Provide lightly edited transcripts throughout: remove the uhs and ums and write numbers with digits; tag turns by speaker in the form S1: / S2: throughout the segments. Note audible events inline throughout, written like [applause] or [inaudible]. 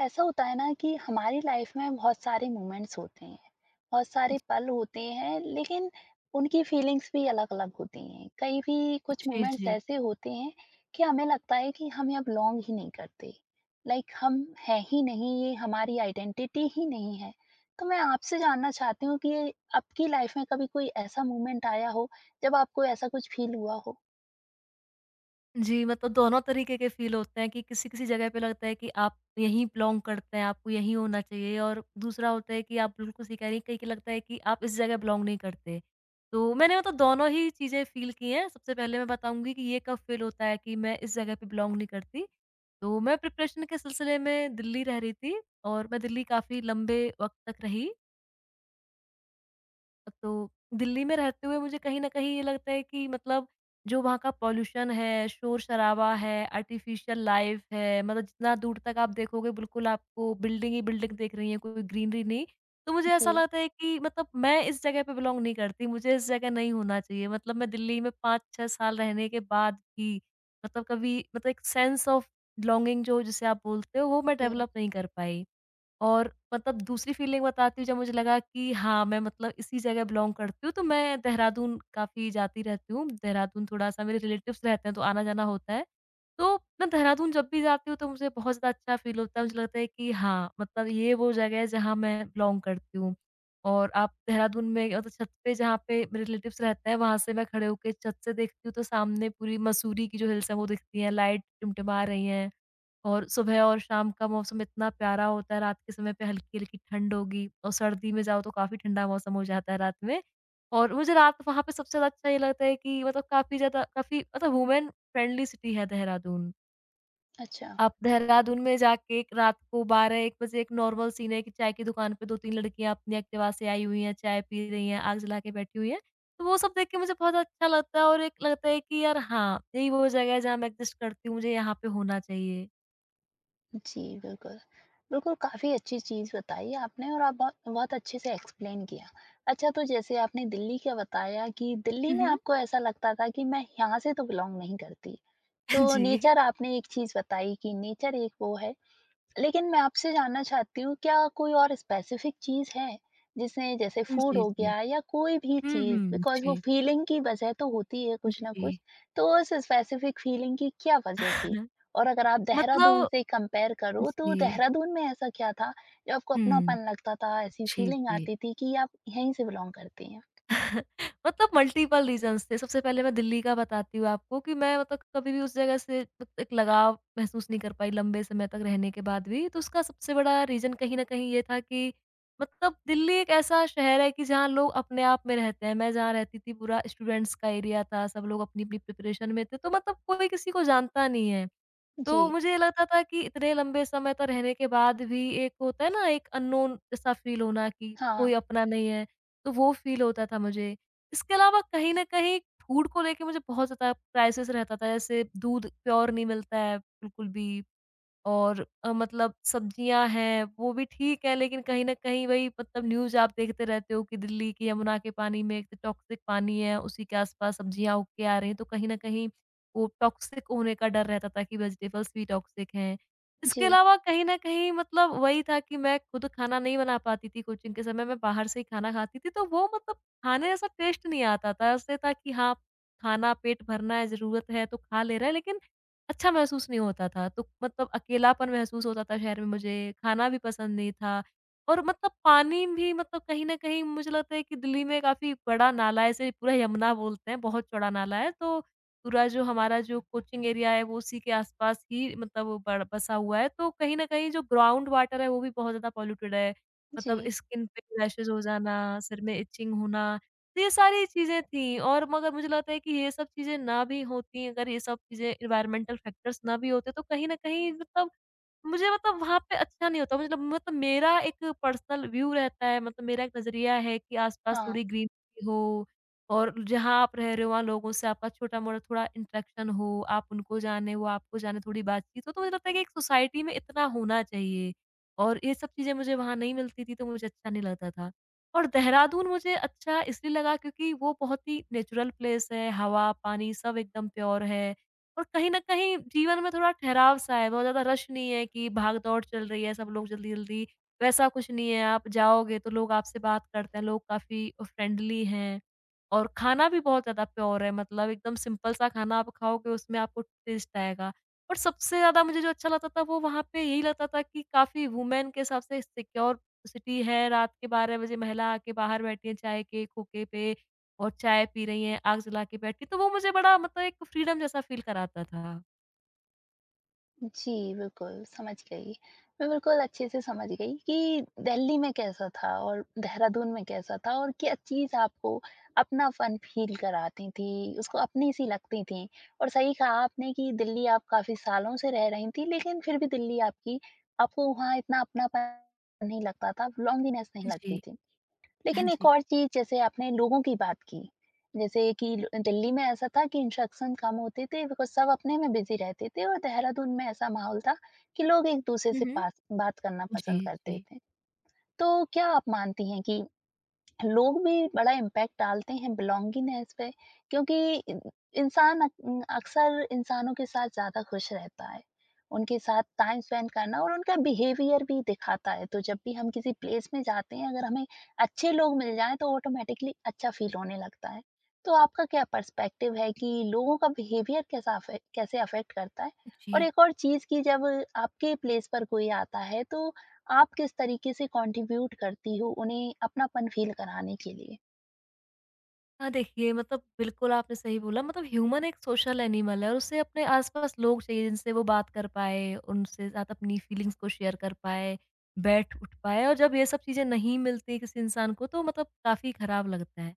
S1: ऐसा होता है ना कि हमारी लाइफ में बहुत सारे मोमेंट्स होते हैं, बहुत सारे पल होते हैं, लेकिन उनकी फीलिंग्स भी अलग अलग होती हैं। कई भी कुछ
S2: जी,
S1: मोमेंट्स
S2: जी।
S1: ऐसे होते हैं कि हमें लगता है कि हम ये अब लॉन्ग ही नहीं करते, लाइक हम हैं ही नहीं, ये हमारी आइडेंटिटी ही नहीं है। तो मैं आपसे जानना चाहती हूँ कि ये आपकी लाइफ में कभी कोई ऐसा मोमेंट आया हो जब आपको ऐसा कुछ फील हुआ हो।
S2: जी, मतलब दोनों तरीके के फ़ील होते हैं कि किसी-किसी जगह पे लगता है कि आप यहीं बिलॉन्ग करते हैं, आपको यहीं होना चाहिए और दूसरा होता है कि आप बिल्कुल सही कह रही हैं, कहीं-कहीं लगता है कि आप इस जगह बिलॉन्ग नहीं करते। तो मैंने मतलब दोनों ही चीज़ें फ़ील की हैं। सबसे पहले मैं बताऊँगी कि ये कब फ़ील होता है कि मैं इस जगह पे बिलॉन्ग नहीं करती। तो मैं प्रिपरेशन के सिलसिले में दिल्ली रह रही थी और मैं दिल्ली काफ़ी लंबे वक़्त तक रही। तो दिल्ली में रहते हुए मुझे कहीं न कहीं ये लगता है कि मतलब जो वहाँ का पॉल्यूशन है, शोर-शराबा है, आर्टिफ़िशियल लाइफ़ है, मतलब जितना दूर तक आप देखोगे बिल्कुल आपको बिल्डिंग ही बिल्डिंग दिख रही है, कोई ग्रीनरी नहीं। तो मुझे ऐसा
S1: जी।
S2: लगता है कि मतलब मैं इस जगह पे बिलॉन्ग नहीं करती, मुझे इस जगह नहीं होना चाहिए। मतलब मैं दिल्ली में 5-6 साल रहने के बाद भी मतलब कभी मतलब एक सेंस ऑफ बिलॉन्गिंग जो जिसे आप बोलते हो, वो मैं
S1: जी।
S2: डेवलप नहीं कर पाई। और मतलब दूसरी फीलिंग बताती हूँ जब मुझे लगा कि हाँ, मैं मतलब इसी जगह बिलॉन्ग करती हूँ, तो मैं देहरादून काफ़ी जाती रहती हूँ। देहरादून थोड़ा-सा मेरे रिलेटिव्स रहते हैं, तो आना-जाना होता है। तो मैं देहरादून जब भी जाती हूँ, तो मुझे बहुत ज़्यादा अच्छा फ़ील होता है। मुझे लगता है कि हाँ, मतलब ये वो जगह है जहाँ मैं बिलॉन्ग करती हूँ। और आप देहरादून में मतलब छत पे जहाँ पे मेरे रिलेटिव्स रहते हैं, वहाँ से मैं खड़े होके छत से देखती हूँ, तो सामने पूरी मसूरी की जो हिल्स हैं, वो दिखती हैं, लाइट टिमटिमा रही हैं। और सुबह और शाम का मौसम इतना प्यारा होता है, रात के समय पे हल्की-हल्की ठंड होगी और सर्दी में जाओ तो काफ़ी ठंडा मौसम हो जाता है रात में। और मुझे रात वहाँ पे सबसे ज़्यादा अच्छा ये लगता है कि मतलब काफ़ी ज़्यादा काफ़ी मतलब वुमेन फ्रेंडली सिटी है देहरादून।
S1: अच्छा।
S2: आप देहरादून में जाके एक रात को 12-1 बजे एक नॉर्मल सीन है कि चाय की दुकान पे 2-3 लड़कियाँ अपनी एक्टिवा से आई हुई हैं, चाय पी रही हैं, आग जला के बैठी हुई हैं। तो वो सब देख के मुझे बहुत अच्छा लगता है और एक लगता है कि यार हाँ, यही वो जगह है जहाँ मैं एग्ज़िस्ट करती हूँ, मुझे यहाँ पे होना चाहिए।
S1: जी, बिल्कुल। बिल्कुल, काफ़ी अच्छी चीज़ बताई आपने और आप बहुत बहुत अच्छे से एक्सप्लेन किया। अच्छा, तो जैसे आपने दिल्ली का बताया कि दिल्ली
S2: हुँ,
S1: में
S2: हुँ।
S1: आपको ऐसा लगता था कि मैं यहाँ से तो बिलॉन्ग नहीं करती। तो
S2: जी।
S1: नेचर, आपने एक चीज़ बताई कि नेचर एक वो है, लेकिन मैं आपसे जानना चाहती हूँ क्या कोई और स्पेसिफिक चीज़ है? जिसने, जैसे फूड
S2: जी,
S1: हो
S2: जी।
S1: गया या कोई भी
S2: हुँ,
S1: चीज़,
S2: हुँ।
S1: बिकॉज़ वो
S2: जी,
S1: फीलिंग की वज़ह तो होती है कुछ ना
S2: जी।
S1: कुछ। तो उस स्पेसिफिक फीलिंग की क्या वज़ह थी?
S2: [laughs]
S1: और अगर आप देहरादून
S2: मतलब
S1: से कंपेयर करो, तो
S2: जी।
S1: देहरादून में ऐसा क्या था जो आपको
S2: हुँ।
S1: अपनापन लगता था, ऐसी
S2: जी,
S1: फीलिंग
S2: जी।
S1: आती थी कि आप यहीं से बिलॉन्ग करती हैं?
S2: मतलब मल्टीपल रीज़न्स थे। सबसे पहले मैं दिल्ली का बताती हूँ आपको कि मैं मतलब कभी भी उस जगह से मतलब एक लगाव महसूस नहीं कर पाई लंबे समय तक रहने के बाद भी। तो उसका सबसे बड़ा रीज़न कहीं न कहीं ये था कि मतलब दिल्ली एक ऐसा शहर है कि जहाँ लोग अपने आप में रहते हैं। मैं जहाँ रहती थी पूरा स्टूडेंट्स का एरिया था। सब लोग अपनी-अपनी प्रिपरेशन में थे। तो मतलब कोई किसी को जानता नहीं है।
S1: जी।
S2: तो मुझे लगता था कि इतने लंबे समय तक रहने के बाद भी एक होता है ना एक अननोन जैसा फ़ील होना कि
S1: हाँ।
S2: कोई अपना नहीं है, तो वो फ़ील होता था मुझे। इसके अलावा कहीं न कहीं फूड को लेके मुझे बहुत ज़्यादा क्राइसिस रहता था, जैसे दूध प्योर नहीं मिलता है बिल्कुल भी। मतलब सब्जियाँ हैं, वो भी ठीक है, लेकिन कहीं न कहीं वही मतलब न्यूज़ आप देखते रहते हो कि दिल्ली की यमुना के पानी में एक तो टॉक्सिक पानी है, उसी के आस-पास सब्जियाँ उग के आ रही हैं, तो कहीं न कहीं वो टॉक्सिक होने का डर रहता था कि वेजिटेबल्स भी टॉक्सिक हैं। इसके
S1: जी,
S2: अलावा कहीं न कहीं मतलब वही था कि मैं खुद खाना नहीं बना पाती थी कोचिंग के समय, मैं बाहर से ही खाना खाती थी, तो वो मतलब खाने जैसा टेस्ट नहीं आता था। ऐसे था कि हाँ, खाना पेट भरना है, ज़रूरत है तो खा ले रहे हैं, लेकिन अच्छा महसूस नहीं होता था, तो मतलब अकेलापन महसूस होता था शहर में मुझे, खाना भी पसंद नहीं था और मतलब पानी भी मतलब कहीं न कहीं मुझे लगता है कि दिल्ली में काफ़ी बड़ा नाला है, इसे पूरा यमुना बोलते हैं, बहुत चौड़ा नाला है, तो पूरा जो हमारा जो कोचिंग एरिया है, वो उसी के आस-पास ही मतलब वो बड़ बसा हुआ है, तो कहीं न कहीं जो ग्राउंड वाटर है, वो भी बहुत ज़्यादा पॉल्यूटेड है।
S1: जी।
S2: मतलब स्किन पे रैशेज़ हो जाना, सिर में इचिंग होना तो ये सारी चीज़ें थी और मगर मुझे लगता है कि ये सब चीज़ें ना भी होती अगर ये सब चीज़ें एनवायरमेंटल फैक्टर्स ना भी होते तो कहीं न कहीं मतलब मुझे मतलब वहाँ पे अच्छा नहीं होता मतलब मेरा एक पर्सनल व्यू रहता है मतलब मेरा एक नज़रिया है कि आस-पास
S1: हाँ।
S2: थोड़ी ग्रीनरी हो और जहाँ आप रह रहे हो वहाँ लोगों से आपका छोटा-मोटा थोड़ा इंटरेक्शन हो, आप उनको जाने, वो आपको जाने, थोड़ी बातचीत हो, तो मुझे लगता है कि एक सोसाइटी में इतना होना चाहिए और ये सब चीज़ें मुझे वहाँ नहीं मिलती थी तो मुझे अच्छा नहीं लगता था। और देहरादून मुझे अच्छा इसलिए लगा क्योंकि वो बहुत ही नेचुरल प्लेस है, हवा, पानी सब एकदम प्योर है। और कहीं न कहीं जीवन में थोड़ा ठहराव सा है, बहुत ज़्यादा रश नहीं है कि भाग-दौड़ चल रही है, सब लोग जल्दी-जल्दी, वैसा कुछ नहीं है। आप जाओगे तो लोग आपसे बात करते हैं, लोग काफ़ी फ्रेंडली हैं और खाना भी बहुत ज़्यादा प्योर है, मतलब एकदम सिंपल सा खाना आप खाओगे, उसमें आपको टेस्ट आएगा। और सबसे ज़्यादा मुझे जो अच्छा लगता था, वो वहाँ पे यही लगता था कि काफ़ी वुमेन के हिसाब से सिक्योर सिटी है, रात के 12 बजे महिला आके बाहर बैठी है चाय के खोके पे। और चाय पी रही हैं, आग जला के बैठ के, तो वो मुझे बड़ा मतलब एक फ्रीडम जैसा फ़ील कराता था।
S1: जी, बिल्कुल, समझ गई। मैं बिल्कुल अच्छे से समझ गई कि दिल्ली में कैसा था और देहरादून में कैसा था और क्या चीज़ आपको अपनापन फ़ील कराती थी, उसको अपनी-सी लगती थी। और सही कहा आपने कि दिल्ली आप काफ़ी सालों से रह रही थीं, लेकिन फिर भी दिल्ली आपकी, आपको वहाँ इतना अपनापन नहीं लगता था, लॉन्लीनेस नहीं
S2: जी।
S1: लगती थी।
S2: [laughs] हाँ
S1: लेकिन एक
S2: जी।
S1: और चीज़, जैसे आपने लोगों की बात की, जैसे कि ल दिल्ली में ऐसा था कि इंस्ट्रक्शन कम होते थे बिकॉज़ सब अपने में बिज़ी रहते थे और देहरादून में ऐसा माहौल था कि लोग एक-दूसरे
S2: हुँ,
S1: से
S2: हुँ।
S1: पास बात करना
S2: जी,
S1: पसंद करते
S2: जी।
S1: थे। तो क्या आप मानती हैं कि लोग भी बड़ा इम्पैक्ट डालते हैं बिलोंगिंगनेस पे? क्योंकि इन- इंसान अक्सर इंसानों के साथ ज़्यादा खुश रहता है। उनके साथ टाइम स्पेंड करना और उनका बिहेवियर भी दिखाता है। तो जब भी हम किसी प्लेस में जाते हैं, अगर हमें अच्छे लोग मिल जाएँ तो ऑटोमैटिकली अच्छा फ़ील होने लगता है। तो आपका क्या पर्सपेक्टिव है कि लोगों का बिहेवियर कैसा अफे कैसे अफ़ेक्ट करता है? और
S2: जी।
S1: एक और चीज़ कि जब आपके प्लेस पर कोई आता है तो आप किस तरीके से कंट्रीब्यूट करती हो उन्हें अपनापन फील कराने के लिए?
S2: हाँ, देखिए मतलब बिल्कुल आपने सही बोला मतलब ह्यूमन एक सोशल एनिमल है और उसे अपने आस-पास लोग चाहिए जिनसे वो बात कर पाए, उनसे साथ अपनी फीलिंग्स को शेयर कर पाए, बैठ उठ पाए और जब ये सब चीज़ें नहीं मिलती किसी इंसान को तो मतलब काफ़ी ख़राब लगता है।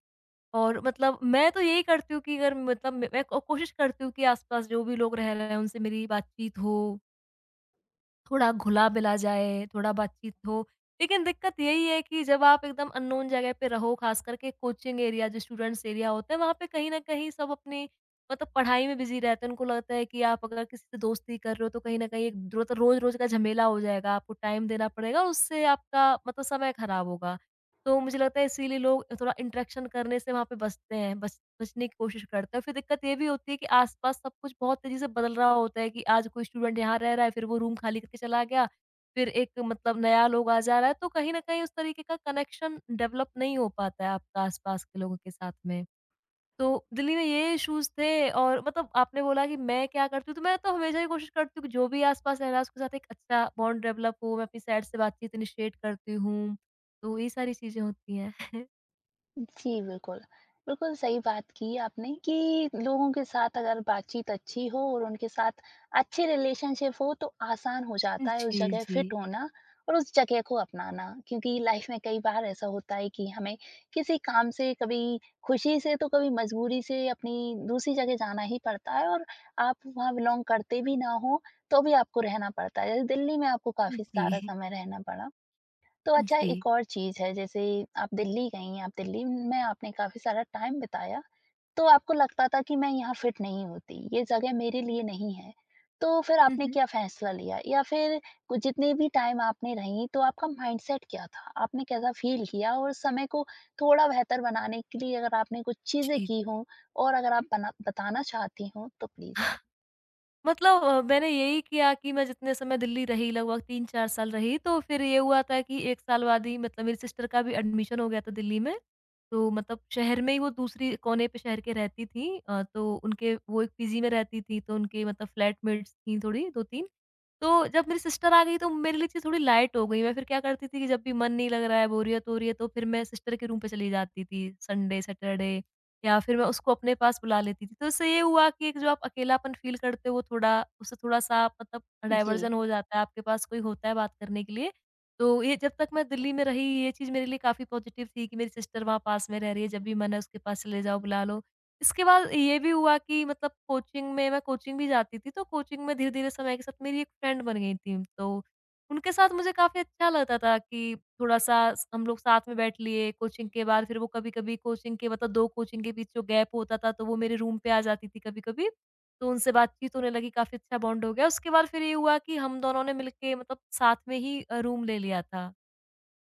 S2: और मतलब मैं तो यही करती हूँ कि अगर मतलब मैं को कोशिश करती हूँ कि आस-पास जो भी लोग रह रहे हैं उनसे मेरी बातचीत हो। थोड़ा घुला-मिला जाए, थोड़ा बातचीत हो। लेकिन दिक्कत यही है कि जब आप एकदम अननोन जगह पे रहो, ख़ास करके कोचिंग एरिया जो स्टूडेंट्स एरिया होता है, वहाँ पे कहीं न कहीं सब अपनी मतलब पढ़ाई में बिज़ी रहते हैं। उनको लगता है कि आप अगर किसी से दोस्ती कर रहे हो, तो कहीं न कहीं एक रोत रोज़-रोज़ का झमेला हो जाएगा, आपको टाइम देना पड़ेगा, और उससे आपका मतलब समय ख़राब होगा। तो मुझे लगता है इसीलिए लोग थोड़ा इंटरेक्शन करने से वहाँ पे बचते हैं, बच बचने की कोशिश करते हैं। फिर दिक्कत ये भी होती है कि आस-पास सब कुछ बहुत तेज़ी से बदल रहा होता है कि आज कोई स्टूडेंट यहाँ रह रहा है, फिर वो रूम खाली करके चला गया, फिर एक मतलब नया लोग आ जा रहा है, तो कहीं न कहीं उस तरीके का कनेक्शन डेवलप नहीं हो पाता है आपका आस-पास के लोगों के साथ में। तो दिल्ली में ये इश्यूज़ थे और मतलब आपने बोला कि मैं क्या करती हूँ, तो मैं तो हमेशा ही कोशिश करती हूँ कि जो भी आस-पास रह रहा है उसके साथ एक अच्छा बॉन्ड डेवलप हो, मैं अपनी साइड से बातचीत इनिशिएट करती हूँ। तो ये सारी चीज़ें होती हैं। [laughs]
S1: जी, बिल्कुल। बिल्कुल सही बात की आपने कि लोगों के साथ अगर बातचीत अच्छी हो और उनके साथ अच्छे रिलेशनशिप हो तो आसान हो जाता है उस
S2: जी,
S1: जगह
S2: जी।
S1: फिट होना और उस जगह को अपनाना। क्योंकि लाइफ़ में कई बार ऐसा होता है कि हमें किसी काम से कभी खुशी से तो कभी मजबूरी से अपनी दूसरी जगह जाना ही पड़ता है और आप वहाँ बिलॉन्ग करते भी ना हो, तो भी आपको रहना पड़ता है। जैसे दिल्ली में आपको काफ़ी सारा
S2: जी।
S1: समय रहना पड़ा। तो अच्छा,
S2: जी।
S1: एक और चीज़ है, जैसे आप दिल्ली गई हैं, आप दिल्ली में आपने काफ़ी सारा टाइम बिताया, तो आपको लगता था कि मैं यहाँ फिट नहीं होती, ये जगह मेरे लिए नहीं है। तो फिर
S2: हुँ,
S1: आपने
S2: हुँ।
S1: क्या फैसला लिया? या फिर कु जितने भी टाइम आपने रहीं तो आपका माइंडसेट क्या था? आपने कैसा फ़ील किया? और समय को थोड़ा बेहतर बनाने के लिए अगर आपने कुछ चीज़ें
S2: जी।
S1: की हों और अगर आप बना बताना चाहती हों तो प्लीज़?
S2: मैंने यही किया कि मैं जितने समय दिल्ली रही लगभग 3-4 साल रही, तो फिर ये हुआ था कि 1 साल बाद ही मतलब मेरी सिस्टर का भी एडमिशन हो गया था दिल्ली में। तो मतलब शहर में ही वो दूसरी कोने पे शहर के रहती थीं तो उनके वो एक पीजी में रहती थीं, तो उनके मतलब फ्लैटमेट्स थीं थोड़ी 2-3। तो जब मेरी सिस्टर आ गई तो मेरे लिए चीज़ थोड़ी लाइट हो गई। मैं फिर क्या करती थी कि जब भी मन नहीं लग रहा है, बोरियत हो रही है, तो फिर मैं सिस्टर के रूम पे चली जाती थी संडे, सैटरडे। या फिर मैं उसको अपने पास बुला लेती थी। तो इससे ये हुआ कि एक जो आप अकेलापन फ़ील करते हो थोड़ा, उससे थोड़ा-सा मतलब
S1: जी।
S2: डाइवर्जन हो जाता है, आपके पास कोई होता है बात करने के लिए। तो ये जब तक मैं दिल्ली में रही ये चीज़ मेरे लिए काफ़ी पॉज़िटिव थी कि मेरी सिस्टर वहाँ पास में रह रही है, जब भी मन है उसके पास चले जाओ, बुला लो। इसके बाद ये भी हुआ कि मतलब कोचिंग में मैं कोचिंग भी जाती थी, तो कोचिंग में धीरे-धीरे समय के साथ मेरी एक फ्रेंड बन गई थी। तो उनके साथ मुझे काफ़ी अच्छा लगता था कि थोड़ा-सा स हम लोग साथ में बैठ लिए, कोचिंग के बाद फिर वो कभी-कभी कोचिंग के 2 कोचिंग के बीच जो गैप होता था, तो वो मेरे रूम पे आ जाती थी कभी-कभी। तो उनसे बातचीत होने लगी, काफ़ी अच्छा बॉन्ड हो गया। उसके बाद फिर ये हुआ कि हम दोनों ने मिलके साथ में ही रूम ले लिया था।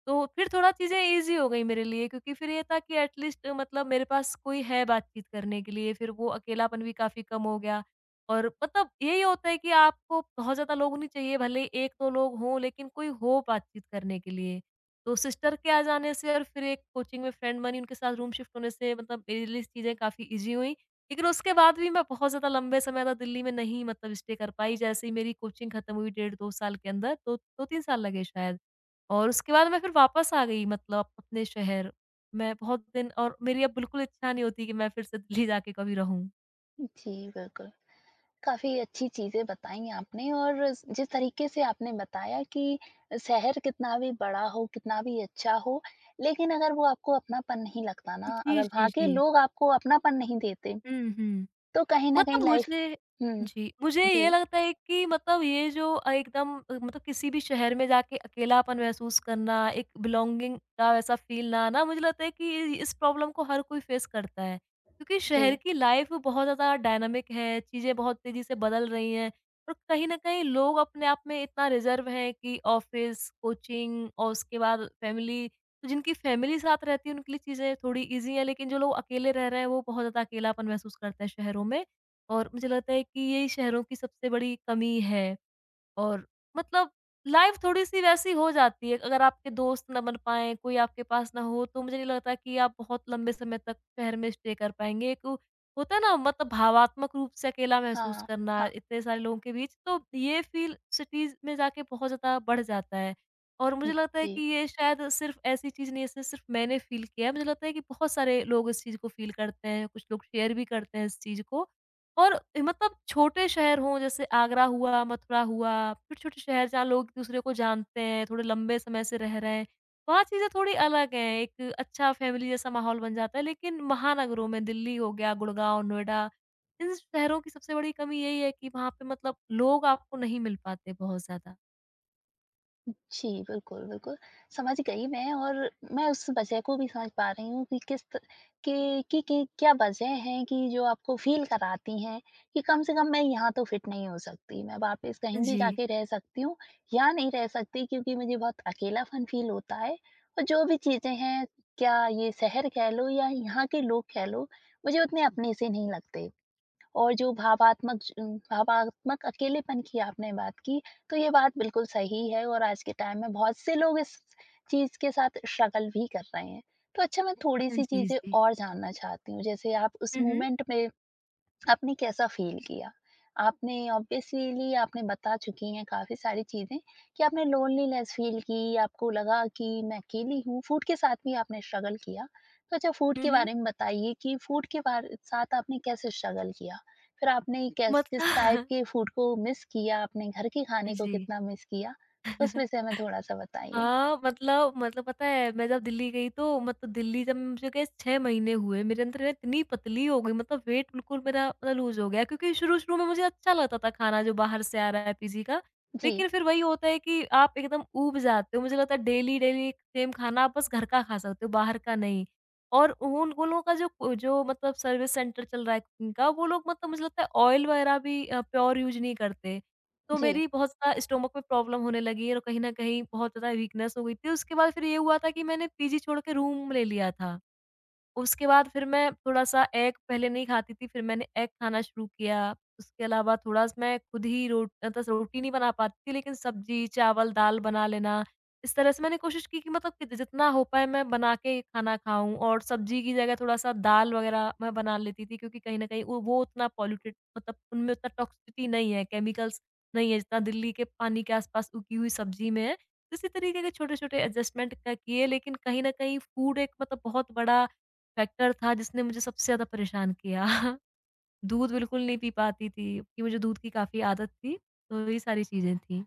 S2: तो फिर थोड़ा चीज़ें ईज़ी हो गई मेरे लिए क्योंकि फिर ये था कि एट लीस्ट मेरे पास कोई है बातचीत करने के लिए, फिर वो अकेलापन भी काफ़ी कम हो गया। और यही होता है कि आपको बहुत ज़्यादा लोग नहीं चाहिए, भले 1-2 लोग हों, लेकिन कोई हो बातचीत करने के लिए। तो सिस्टर के आ जाने से और फिर एक कोचिंग में फ्रेंड बनी, उनके साथ रूम शिफ्ट होने से मेरे लिए चीज़ें काफ़ी ईज़ी हुईं। लेकिन उसके बाद भी मैं बहुत ज़्यादा लंबे समय तक दिल्ली में नहीं स्टे कर पाई। जैसे ही मेरी कोचिंग खत्म हुई डेढ़ 2 साल के अंदर, तो दो 2-3 साल लगे शायद। और उसके बाद मैं फिर वापस आ गई अपने शहर। मैं बहुत दिन और मेरी अब बिल्कुल इच्छा नहीं होती कि मैं फिर से दिल्ली जाके कभी रहूँ।
S1: जी, बिल्कुल। काफ़ी अच्छी चीज़ें बताई आपने और जिस तरीके से आपने बताया कि शहर कितना भी बड़ा हो, कितना भी अच्छा हो, लेकिन अगर वो आपको अपनापन नहीं लगता ना,
S2: जी,
S1: अगर
S2: जी,
S1: वहाँ के
S2: जी।
S1: लोग आपको अपनापन नहीं देते,
S2: हुँ, हुँ।
S1: तो कहीं न कहीं
S2: मतलब
S1: लाइफ।
S2: मुझे
S1: हुँ।
S2: जी, मुझे
S1: जी,
S2: ये लगता है कि ये जो एकदम किसी भी शहर में जाके अकेलापन महसूस करना, एक बिलॉन्गिंग का वैसा फ़ील ना आना, मुझे लगता है कि इस प्रॉब्लम को हर कोई फ़ेस करता है। क्योंकि शहर
S1: जी।
S2: की लाइफ़ बहुत ज़्यादा डायनामिक है, चीज़ें बहुत तेज़ी से बदल रही हैं। और कहीं न कहीं लोग अपने आप में इतना रिज़र्व हैं कि ऑफ़िस, कोचिंग और उसके बाद फैमिली, तो जिनकी फैमिली साथ रहती है, उनके लिए चीज़ें थोड़ी ईज़ी हैं, लेकिन जो लोग अकेले रह रहे हैं, वो बहुत ज़्यादा अकेलापन महसूस करते हैं शहरों में। और मुझे लगता है कि यही शहरों की सबसे बड़ी कमी है। और मतलब लाइफ थोड़ी-सी वैसी हो जाती है, अगर आपके दोस्त ना बन पाएँ, कोई आपके पास ना हो, तो मुझे नहीं लगता कि आप बहुत लंबे समय तक शहर में स्टे कर पाएँगे। एक होता है ना भावात्मक रूप से अकेला महसूस
S1: हाँ,
S2: करना
S1: हाँ।
S2: इतने सारे लोगों के बीच, तो ये फ़ील सिटीज़ में जाके बहुत ज़्यादा बढ़ जाता है। और
S1: हुँ।
S2: मुझे लगता है
S1: जी।
S2: कि ये शायद सिर्फ़ ऐसी चीज़ नहीं है, इसे सिर्फ़ मैंने फ़ील किया है, मुझे लगता है कि बहुत सारे लोग इस चीज़ को फ़ील करते हैं, कुछ लोग शेयर भी करते हैं इस चीज़ को। और छोटे शहर हों जैसे आगरा हुआ, मथुरा हुआ, छोटे-छोटे शहर जहाँ लोग एक-दूसरे को जानते हैं, थोड़े लंबे समय से रह रहे हैं, वहाँ चीज़ें थोड़ी अलग हैं, एक अच्छा फैमिली जैसा माहौल बन जाता है। लेकिन महानगरों में दिल्ली हो गया, गुड़गाँव, नोएडा, इन शहरों की सबसे बड़ी कमी यही है कि वहाँ पे लोग आपको नहीं मिल पाते बहुत ज़्यादा।
S1: जी, बिल्कुल, बिल्कुल, समझ गई मैं। और मैं उस वजह को भी समझ पा रही हूँ कि किस त कि क्या वजह है कि जो आपको फ़ील कराती हैं कि कम से कम मैं यहाँ तो फिट नहीं हो सकती, मैं वापस कहीं भी
S2: जी।
S1: जाके रह सकती हूँ, यहाँ नहीं रह सकती, क्योंकि मुझे बहुत अकेलापन फ़ील होता है और जो भी चीज़ें हैं, क्या ये शहर कह लो या यहाँ के लोग कह लो, मुझे उतने अपने से नहीं लगते। और जो भावात्मक अकेलेपन की आपने बात की, तो ये बात बिल्कुल सही है और आज के टाइम में बहुत से लोग इस चीज़ के साथ स्ट्रगल भी कर रहे हैं। तो अच्छा, मैं थोड़ी-सी
S2: जी,
S1: चीज़ें
S2: जी।
S1: और जानना चाहती हूँ, जैसे आप उस
S2: [laughs] हुँ, हुँ।
S1: मोमेंट में आपने कैसा फ़ील किया? आपने ऑब्वियसली आपने बता चुकी हैं काफ़ी सारी चीज़ें कि आपने लोनलीनेस फ़ील की, आपको लगा कि मैं अकेली हूँ, फूड के साथ भी आपने स्ट्रगल किया। तो अच्छा, फूड
S2: हुँ,
S1: के
S2: हुँ।
S1: बारे में बताइए कि फूड के बार साथ आपने कैसे स्ट्रगल किया? फिर आपने कैस किस टाइप
S2: मतलब
S1: के फूड को मिस किया? आपने घर के
S2: [laughs]
S1: खाने को
S2: जी।
S1: कितना मिस किया? उस विषय
S2: [laughs]
S1: में थोड़ा-सा बताइए?
S2: हाँ, पता है मैं जब दिल्ली गई तो दिल्ली जब मुझे गए 6 महीने हुए मेरे अंदर मैं इतनी पतली हो गई वेट बिल्कुल मेरा लूज़ हो गया क्योंकि शुरू-शुरू में मुझे अच्छा लगता था खाना जो बाहर से आ रहा है पीजी का।
S1: जी,
S2: लेकिन फिर वही होता है कि आप एकदम ऊब जाते हो, मुझे लगता है डेली-डेली सेम खाना आप बस घर का खा सकते हो बाहर का नहीं। और उन उन लोगों का जो जो सर्विस सेंटर चल रहा है कुकिंग का, वो लोग मुझे लगता है ऑयल वगैरह भी प्योर यूज़ नहीं करते। तो
S1: जी।
S2: मेरी बहुत ज़्यादा स्टोमक में प्रॉब्लम होने लगी है और कहीं न कहीं बहुत ज़्यादा वीकनेस हो गई थी। उसके बाद फिर ये हुआ था कि मैंने पीजी छोड़ के रूम ले लिया था। उसके बाद फिर मैं थोड़ा-सा एग पहले नहीं खाती थी, फिर मैंने एग खाना शुरू किया। उसके अलावा थोड़ा स मैं खुद ही रोट रोटी नहीं बना पाती थी, लेकिन सब्ज़ी, चावल, दाल बना लेना। इस तरह से मैंने कोशिश की कि कि जितना हो पाए मैं बना के खाना खाऊँ और सब्ज़ी की जगह थोड़ा-सा दाल वगैरह मैं बना लेती थी क्योंकि कहीं न कहीं वो उतना पॉल्यूटेड उनमें उतना टॉक्सिसिटी नहीं है, केमिकल्स नहीं है, जितना दिल्ली के पानी के आस-पास उगी हुई सब्ज़ी में है। तो इसी तरीके के छोटे-छोटे एडजस्टमेंट क किए, लेकिन कहीं न कहीं फूड एक बहुत बड़ा फैक्टर था जिसने मुझे सबसे ज़्यादा परेशान किया। [laughs] दूध बिल्कुल नहीं पी पाती थी क्योंकि मुझे दूध की काफ़ी आदत थी, तो ये सारी चीज़ें थी।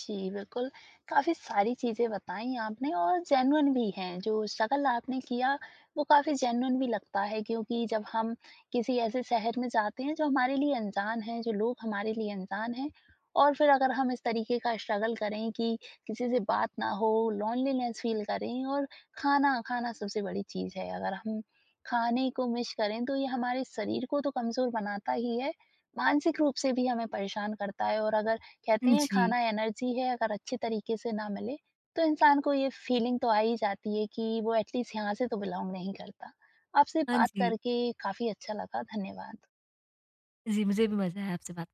S1: जी, बिल्कुल, काफ़ी सारी चीज़ें बताई आपने और जेन्युइन भी हैं, जो स्ट्रगल आपने किया वो काफ़ी जेन्युइन भी लगता है क्योंकि जब हम किसी ऐसे शहर में जाते हैं जो हमारे लिए अनजान है, जो लोग हमारे लिए अनजान हैं और फिर अगर हम इस तरीके का स्ट्रगल करें कि किसी से बात ना हो, लोनलीनेस फ़ील करें और खाना, खाना सबसे बड़ी चीज़ है। अगर हम खाने को मिस करें तो ये हमारे शरीर को तो कमज़ोर बनाता ही है, मानसिक रूप से भी हमें परेशान करता है और अगर कहते हैं
S2: जी।
S1: खाना एनर्जी है, अगर अच्छे तरीके से ना मिले तो इंसान को ये फीलिंग तो आ ही जाती है कि वो एटलीस्ट यहाँ से तो बिलोंग नहीं करता। आपसे
S2: हाँ
S1: बात
S2: जी।
S1: करके काफ़ी अच्छा लगा, धन्यवाद।
S2: जी, मुझे भी मज़ा आया आपसे बात